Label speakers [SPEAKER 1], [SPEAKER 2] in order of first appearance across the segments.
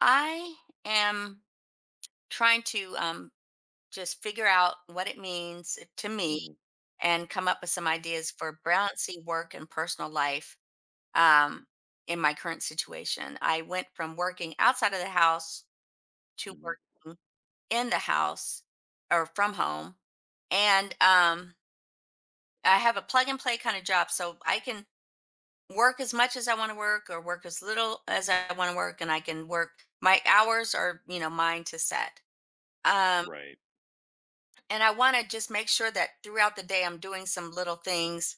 [SPEAKER 1] I am trying to just figure out what it means to me
[SPEAKER 2] Mhm.
[SPEAKER 1] and come up with some ideas for balancing work and personal life um, in my current situation. I went from working outside of the house to
[SPEAKER 2] Mhm.
[SPEAKER 1] working in the house or from home. And I have a plug and play kind of job. So I can work as much as I want to work or work as little as I want to work. And I can work, my hours are, you know, mine to set. Um,
[SPEAKER 2] Right.
[SPEAKER 1] And I want to just make sure that throughout the day, I'm doing some little things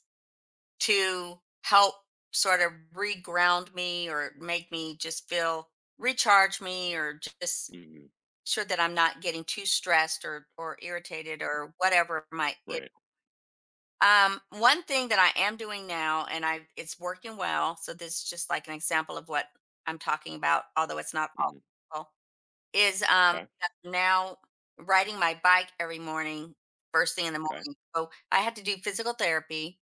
[SPEAKER 1] to help sort of reground me or make me just feel recharge me or just
[SPEAKER 2] Mhm.
[SPEAKER 1] sure that I'm not getting too stressed or irritated or whatever might it.
[SPEAKER 2] Right.
[SPEAKER 1] One thing that I am doing now and I it's working well. So this is just like an example of what I'm talking about, although it's not
[SPEAKER 2] Hmm.
[SPEAKER 1] all. Is,
[SPEAKER 2] Okay. mhm, 'kay.
[SPEAKER 1] now riding my bike every morning, first thing in the
[SPEAKER 2] 'Kay.
[SPEAKER 1] morning. So, I had to do physical therapy,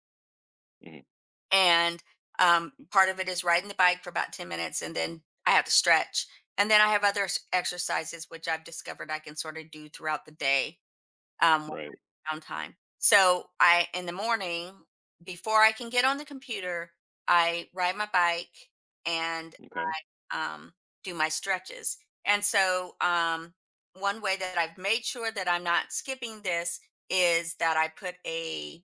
[SPEAKER 2] Mhm.
[SPEAKER 1] and, part of it is riding the bike for about 10 minutes, and then I have to stretch. And then I have other s exercises which I've discovered I can sorta do throughout the day,
[SPEAKER 2] Right.
[SPEAKER 1] when I So, I in the morning, before I can get on the computer, I ride my bike and
[SPEAKER 2] Okay.
[SPEAKER 1] um, do my stretches. And so, one way that I've made sure that I'm not skipping this is that I put a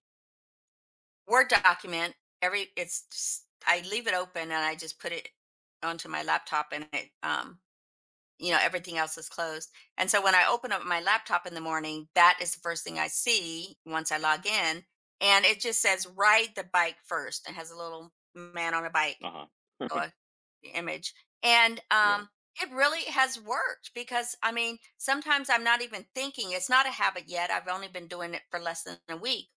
[SPEAKER 1] Word document every. It's just, I leave it open and I just put it onto my laptop, and it, you know, everything else is closed. And so when I open up my laptop in the morning, that is the first thing I see once I log in, and it just says ride the bike first, and has a little man on a bike
[SPEAKER 2] Uh-huh.
[SPEAKER 1] or the image, and,
[SPEAKER 2] Yeah.
[SPEAKER 1] it really has worked because, I mean, sometimes I'm not even thinking it's not a habit yet, I've only been doing it for less than a week,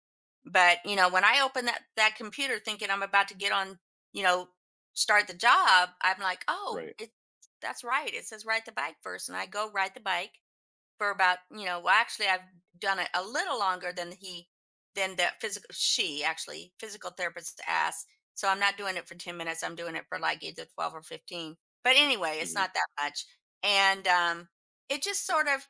[SPEAKER 1] but, you know, when I open that computer thinking I'm about to get on, you know, start the job, I'm like, "Oh,
[SPEAKER 2] Right.
[SPEAKER 1] it that's right, it says ride the bike first," and I go ride the bike, for about you know well actually I've done it a little longer than he than the physical she actually physical therapist asked, so I'm not doing it for 10 minutes, I'm doing it for like either 12 or 15, but anyway it's
[SPEAKER 2] Mhm.
[SPEAKER 1] not that much. And it just sort of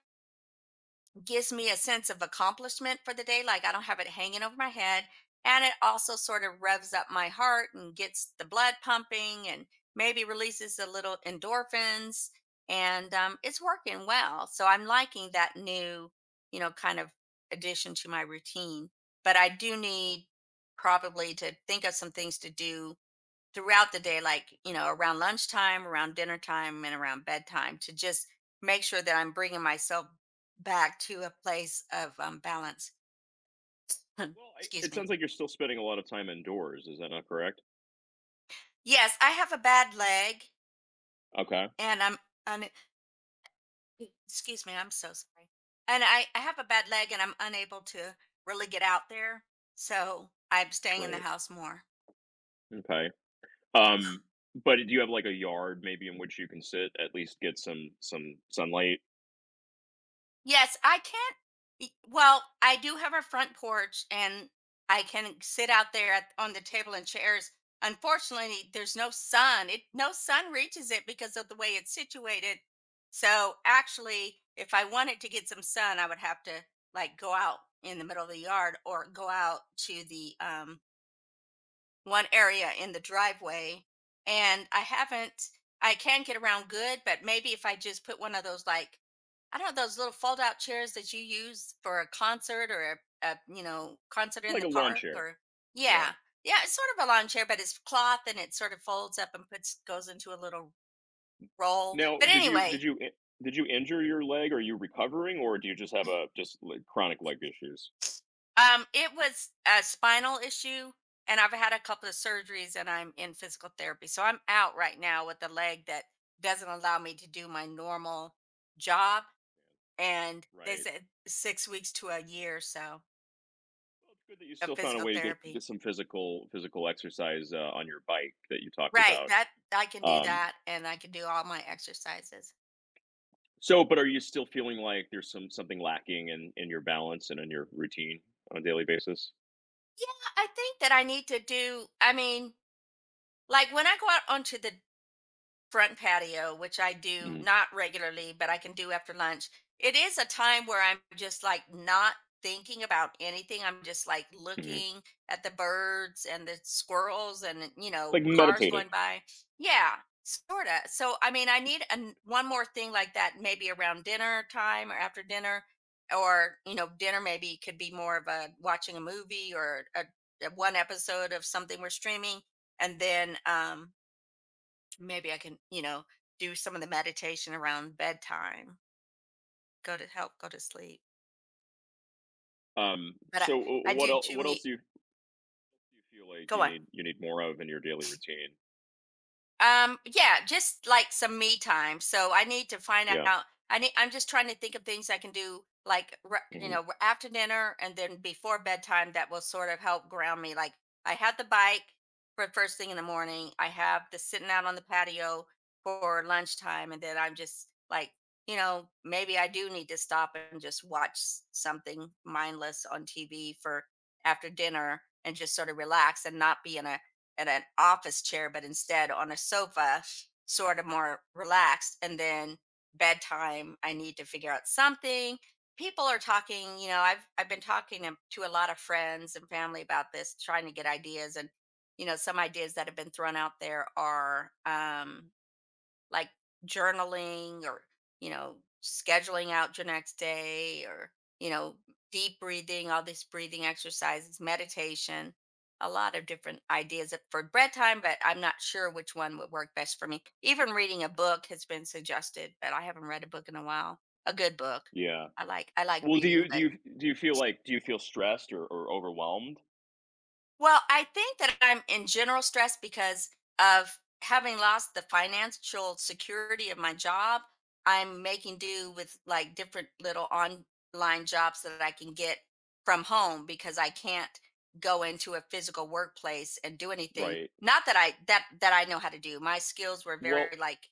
[SPEAKER 1] gives me a sense of accomplishment for the day. Like I don't have it hanging over my head. And it also sort of revs up my heart and gets the blood pumping and maybe releases a little endorphins. And it's working well. So I'm liking that new, you know, kind of addition to my routine. But I do need probably to think of some things to do throughout the day, like, you know, around lunchtime, around dinner time, and around bedtime to just make sure that I'm bringing myself back to a place of balance.
[SPEAKER 2] Well, I
[SPEAKER 1] Excuse
[SPEAKER 2] it
[SPEAKER 1] me.
[SPEAKER 2] sounds like you're still spending a lot of time indoors, is that not correct?
[SPEAKER 1] Yes, I have a bad leg
[SPEAKER 2] Okay.
[SPEAKER 1] and I'm, un- excuse me, I'm so sorry. And I have a bad leg and I'm unable to really get out there. So I'm staying in the
[SPEAKER 2] Right.
[SPEAKER 1] house more.
[SPEAKER 2] Okay. um, but do you have, like, a yard maybe in which you can sit, at least get some sunlight?
[SPEAKER 1] Yes, I can't y well, I do have a front porch, and I can sit out there at on the table and chairs. Unfortunately, there's no sun. It no sun reaches it because of the way it's situated. So, actually, if I wanted to get some sun, I would have to, like, go out in the middle of the yard or go out to the, one area in the driveway and I haven't I can get around good, but maybe if I just put one of those like I don't know those little fold out chairs that you use for a concert or a you know concert in
[SPEAKER 2] Like
[SPEAKER 1] the
[SPEAKER 2] a lawn
[SPEAKER 1] park
[SPEAKER 2] chair,
[SPEAKER 1] or
[SPEAKER 2] yeah.
[SPEAKER 1] yeah. Yeah, it's sort of a lawn chair, but it's cloth and it sort of folds up and puts goes into a little roll.
[SPEAKER 2] Now,
[SPEAKER 1] But
[SPEAKER 2] did you did
[SPEAKER 1] anyway,
[SPEAKER 2] you in did you injure your leg? Are you recovering, or do you just have a just, like, chronic leg issues?
[SPEAKER 1] It was a spinal issue, and I've had a couple of surgeries, and I'm in physical therapy. So I'm out right now with a leg that doesn't allow me to do my normal job. And they
[SPEAKER 2] Right.
[SPEAKER 1] said 6 weeks to a year or so
[SPEAKER 2] Well, it's good that you
[SPEAKER 1] of
[SPEAKER 2] still found a
[SPEAKER 1] physical
[SPEAKER 2] way to get,
[SPEAKER 1] therapy.
[SPEAKER 2] get some physical exercise on your bike that you talked
[SPEAKER 1] Right.
[SPEAKER 2] about.
[SPEAKER 1] That I can do
[SPEAKER 2] Um,
[SPEAKER 1] that, and I can do all my exercises.
[SPEAKER 2] so, but are you still feeling like there's something lacking in your balance and in your routine on a daily basis?
[SPEAKER 1] Yeah, I think that I need to do. I mean, like when I go out onto the front patio, which I do
[SPEAKER 2] Mhm.
[SPEAKER 1] not regularly, but I can do after lunch. It is a time where I'm just like not thinking about anything. I'm just like
[SPEAKER 2] Mhm.
[SPEAKER 1] looking at the birds and the squirrels and, you know,
[SPEAKER 2] Like
[SPEAKER 1] cars
[SPEAKER 2] meditative.
[SPEAKER 1] going by. Yeah, sort of. So, I mean, I need an, one more thing like that, maybe around dinner time or after dinner. Or, you know, dinner maybe could be more of a watching a movie or a one episode of something we're streaming. And then, maybe I can, you know, do some of the meditation around bedtime, go to help go to sleep. But I,
[SPEAKER 2] So,
[SPEAKER 1] I
[SPEAKER 2] what
[SPEAKER 1] do
[SPEAKER 2] else?
[SPEAKER 1] too
[SPEAKER 2] What else
[SPEAKER 1] need,
[SPEAKER 2] do you feel like
[SPEAKER 1] go
[SPEAKER 2] you
[SPEAKER 1] on.
[SPEAKER 2] need you need more of in your daily routine?
[SPEAKER 1] Yeah, just like some me time. So I need to find
[SPEAKER 2] Yeah.
[SPEAKER 1] out. I need. I'm just trying to think of things I can do, like ri- you
[SPEAKER 2] Hmm.
[SPEAKER 1] know, after dinner and then before bedtime. That will sort of help ground me. Like I had the bike for first thing in the morning. I have the sitting out on the patio for lunchtime, and then I'm just like, you know, maybe I do need to stop and just watch s- something mindless on TV for after dinner and just sort of relax and not be in a at an office chair, but instead on a sofa, sort of more relaxed. And then bedtime, I need to figure out something. People are talking, you know, I've been talking to a lot of friends and family about this, trying to get ideas. And, you know, some ideas that have been thrown out there are like journaling or, you know, scheduling out your next day or, you know, deep breathing, all these breathing exercises, meditation, a lot of different ideas for bedtime, but I'm not sure which one would work best for me. Even reading a book has been suggested, but I haven't read a book in a while. A good book.
[SPEAKER 2] Yeah.
[SPEAKER 1] I like
[SPEAKER 2] Well, do
[SPEAKER 1] reading,
[SPEAKER 2] you do
[SPEAKER 1] but
[SPEAKER 2] you do you feel like do you feel stressed or overwhelmed?
[SPEAKER 1] well, I think that I'm in general stress because of having lost the financial security of my job. I'm making do with like different little online jobs that I can get from home because I can't go into a physical workplace and do anything.
[SPEAKER 2] Right.
[SPEAKER 1] Not that I that I know how to do. My skills were
[SPEAKER 2] Well,
[SPEAKER 1] very like,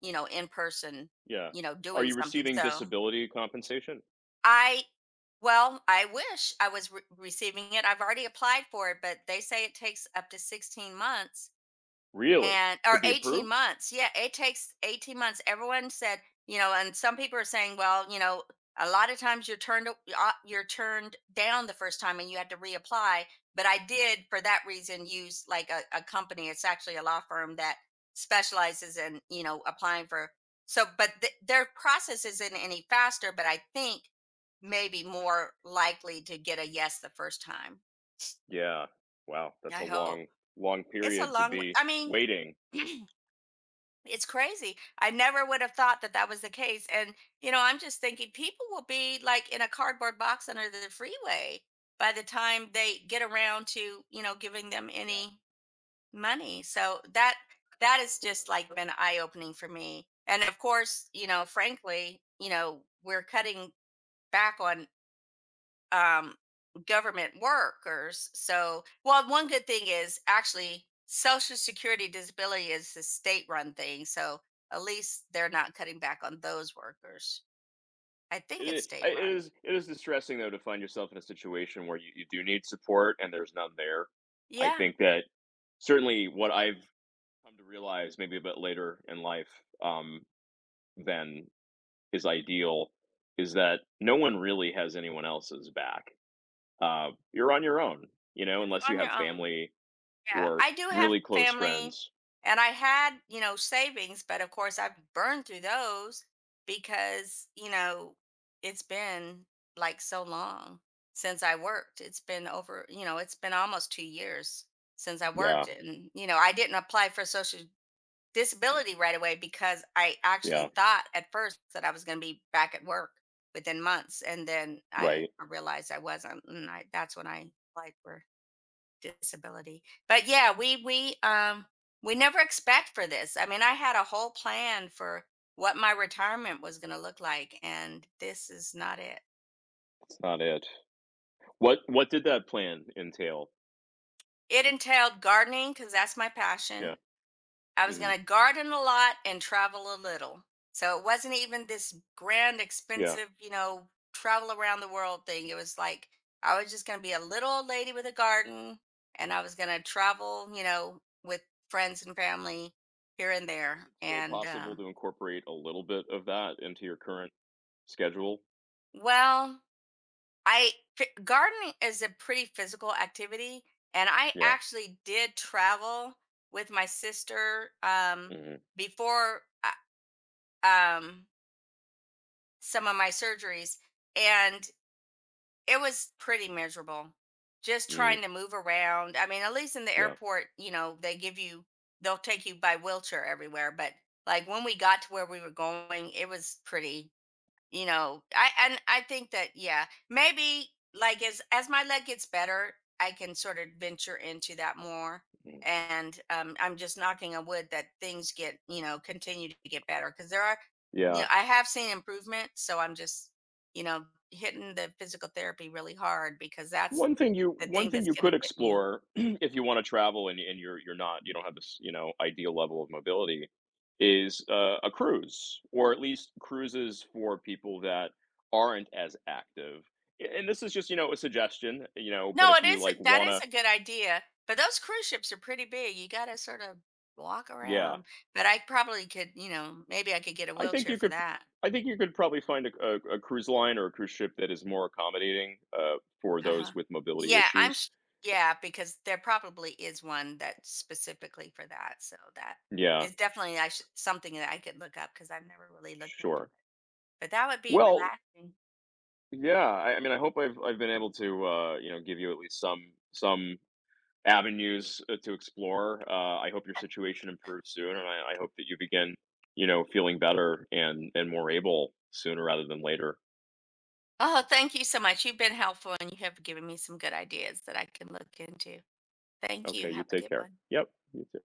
[SPEAKER 1] you know, in person,
[SPEAKER 2] yeah.
[SPEAKER 1] you know,
[SPEAKER 2] Are
[SPEAKER 1] doing
[SPEAKER 2] you
[SPEAKER 1] something.
[SPEAKER 2] receiving
[SPEAKER 1] So
[SPEAKER 2] disability compensation?
[SPEAKER 1] I well, I wish I was re- receiving it. I've already applied for it, but they say it takes up to 16 months
[SPEAKER 2] Really?
[SPEAKER 1] and
[SPEAKER 2] To
[SPEAKER 1] or
[SPEAKER 2] be
[SPEAKER 1] 18
[SPEAKER 2] approved?
[SPEAKER 1] months. Yeah, it takes 18 months. Everyone said, you know, and some people are saying, well, you know, a lot of times you're turned down the first time and you had to reapply. But I did for that reason use like a company. It's actually a law firm that specializes in you know applying for. So, but th- their process isn't any faster. But I think maybe more likely to get a yes the first time.
[SPEAKER 2] Yeah. Wow, that's
[SPEAKER 1] I
[SPEAKER 2] a
[SPEAKER 1] hope
[SPEAKER 2] long, long
[SPEAKER 1] it's a
[SPEAKER 2] period to
[SPEAKER 1] long. Way.
[SPEAKER 2] be
[SPEAKER 1] I mean.
[SPEAKER 2] waiting.
[SPEAKER 1] It's crazy. I never would have thought that that was the case. And, you know, I'm just thinking people will be like in a cardboard box under the freeway by the time they get around to, you know, giving them
[SPEAKER 2] Yeah.
[SPEAKER 1] any money. So that that has just like been eye-opening for me. And of course, you know, frankly, you know, we're cutting back on um, government workers. So, well, one good thing is actually Social Security disability is a state run thing. So at least they're not cutting back on those workers. I
[SPEAKER 2] It
[SPEAKER 1] think it's
[SPEAKER 2] is,
[SPEAKER 1] state
[SPEAKER 2] it
[SPEAKER 1] run.
[SPEAKER 2] is it is distressing, though, to find yourself in a situation where you do need support and there's none there. I
[SPEAKER 1] Yeah,
[SPEAKER 2] think that certainly what I've come to realize maybe a bit later in life, um, than is ideal is that no one really has anyone else's back. You're on your own,
[SPEAKER 1] you're
[SPEAKER 2] unless you
[SPEAKER 1] on your
[SPEAKER 2] have
[SPEAKER 1] own.
[SPEAKER 2] family
[SPEAKER 1] Yeah,
[SPEAKER 2] or
[SPEAKER 1] I do have
[SPEAKER 2] really close
[SPEAKER 1] family
[SPEAKER 2] friends.
[SPEAKER 1] and I had, you know, savings, but of course I've burned through those because, you know, it's been like so long since I worked. It's been over, you know, it's been almost 2 years since I
[SPEAKER 2] Yeah.
[SPEAKER 1] worked and, you know, I didn't apply for social disability right away because I
[SPEAKER 2] Yeah,
[SPEAKER 1] actually thought at first that I was going to be back at work within months and then I
[SPEAKER 2] right.
[SPEAKER 1] I realized I wasn't and I that's when I applied for disability. But yeah, we never expect for this. I mean, I had a whole plan for what my retirement was going to look like and this is not it.
[SPEAKER 2] It's not it. What did that plan entail?
[SPEAKER 1] It entailed gardening cuz that's my
[SPEAKER 2] Yeah.
[SPEAKER 1] passion. I was
[SPEAKER 2] Mhm.
[SPEAKER 1] going to garden a lot and travel a little. So it wasn't even this grand,
[SPEAKER 2] Yeah.
[SPEAKER 1] expensive, you know, travel around the world thing. It was like I was just going to be a little old lady with a garden and I was going to travel, you know, with friends and family here and
[SPEAKER 2] How is
[SPEAKER 1] there.
[SPEAKER 2] it still
[SPEAKER 1] And,
[SPEAKER 2] possible to incorporate a little bit of that into your current schedule?
[SPEAKER 1] well, I fi- gardening is a pretty physical activity. And I
[SPEAKER 2] Yeah.
[SPEAKER 1] actually did travel with my sister
[SPEAKER 2] Mhm.
[SPEAKER 1] before, um, some of my surgeries and it was pretty miserable just
[SPEAKER 2] Mm.
[SPEAKER 1] trying to move around. I mean at least in the
[SPEAKER 2] Yeah.
[SPEAKER 1] airport you know they give you they'll take you by wheelchair everywhere, but like when we got to where we were going it was pretty you know I and I think that yeah maybe like as my leg gets better I can sort of venture into that more.
[SPEAKER 2] Mhm.
[SPEAKER 1] And I'm just knocking on wood that things get you know continue to get better because there are you
[SPEAKER 2] Yeah.
[SPEAKER 1] know I have seen improvement, so I'm just you know hitting the physical therapy really hard because that's
[SPEAKER 2] One thing you
[SPEAKER 1] the
[SPEAKER 2] one
[SPEAKER 1] thing
[SPEAKER 2] thing
[SPEAKER 1] that's
[SPEAKER 2] you
[SPEAKER 1] going
[SPEAKER 2] could
[SPEAKER 1] to get me.
[SPEAKER 2] explore if you wanna travel and you're not you don't have this, ideal level of mobility is, a cruise, or at least cruises for people that aren't as active. A and this is just, a suggestion, but
[SPEAKER 1] No,
[SPEAKER 2] if
[SPEAKER 1] it
[SPEAKER 2] you,
[SPEAKER 1] is
[SPEAKER 2] like,
[SPEAKER 1] a that is
[SPEAKER 2] wanna.
[SPEAKER 1] a good idea, but those cruise ships are pretty big. You gotta sort of walk
[SPEAKER 2] Yeah.
[SPEAKER 1] around, but I probably could, you know, maybe I could get a
[SPEAKER 2] I think
[SPEAKER 1] wheelchair
[SPEAKER 2] you
[SPEAKER 1] for
[SPEAKER 2] could
[SPEAKER 1] that.
[SPEAKER 2] I think you could probably find a cruise line or a cruise ship that is more accommodating, for
[SPEAKER 1] Uh-huh.
[SPEAKER 2] those with mobility
[SPEAKER 1] Yeah, I'm
[SPEAKER 2] issues.
[SPEAKER 1] s yeah, because there probably is one that's specifically for that, so that
[SPEAKER 2] Yeah,
[SPEAKER 1] is definitely I should something that I could look up because 'cause I've never really looked into
[SPEAKER 2] sure.
[SPEAKER 1] it, but that would be
[SPEAKER 2] Well,
[SPEAKER 1] relaxing.
[SPEAKER 2] yeah, I mean, I hope I've been able to give you at least some avenues to explore. I hope your situation improves soon, and I hope that you begin feeling better and more able sooner rather than later.
[SPEAKER 1] Oh, thank you so much. You've been helpful, and you have given me some good ideas that I can look into. Thank you.
[SPEAKER 2] Okay, you
[SPEAKER 1] Have a
[SPEAKER 2] take
[SPEAKER 1] good
[SPEAKER 2] care.
[SPEAKER 1] one.
[SPEAKER 2] Yep, you too.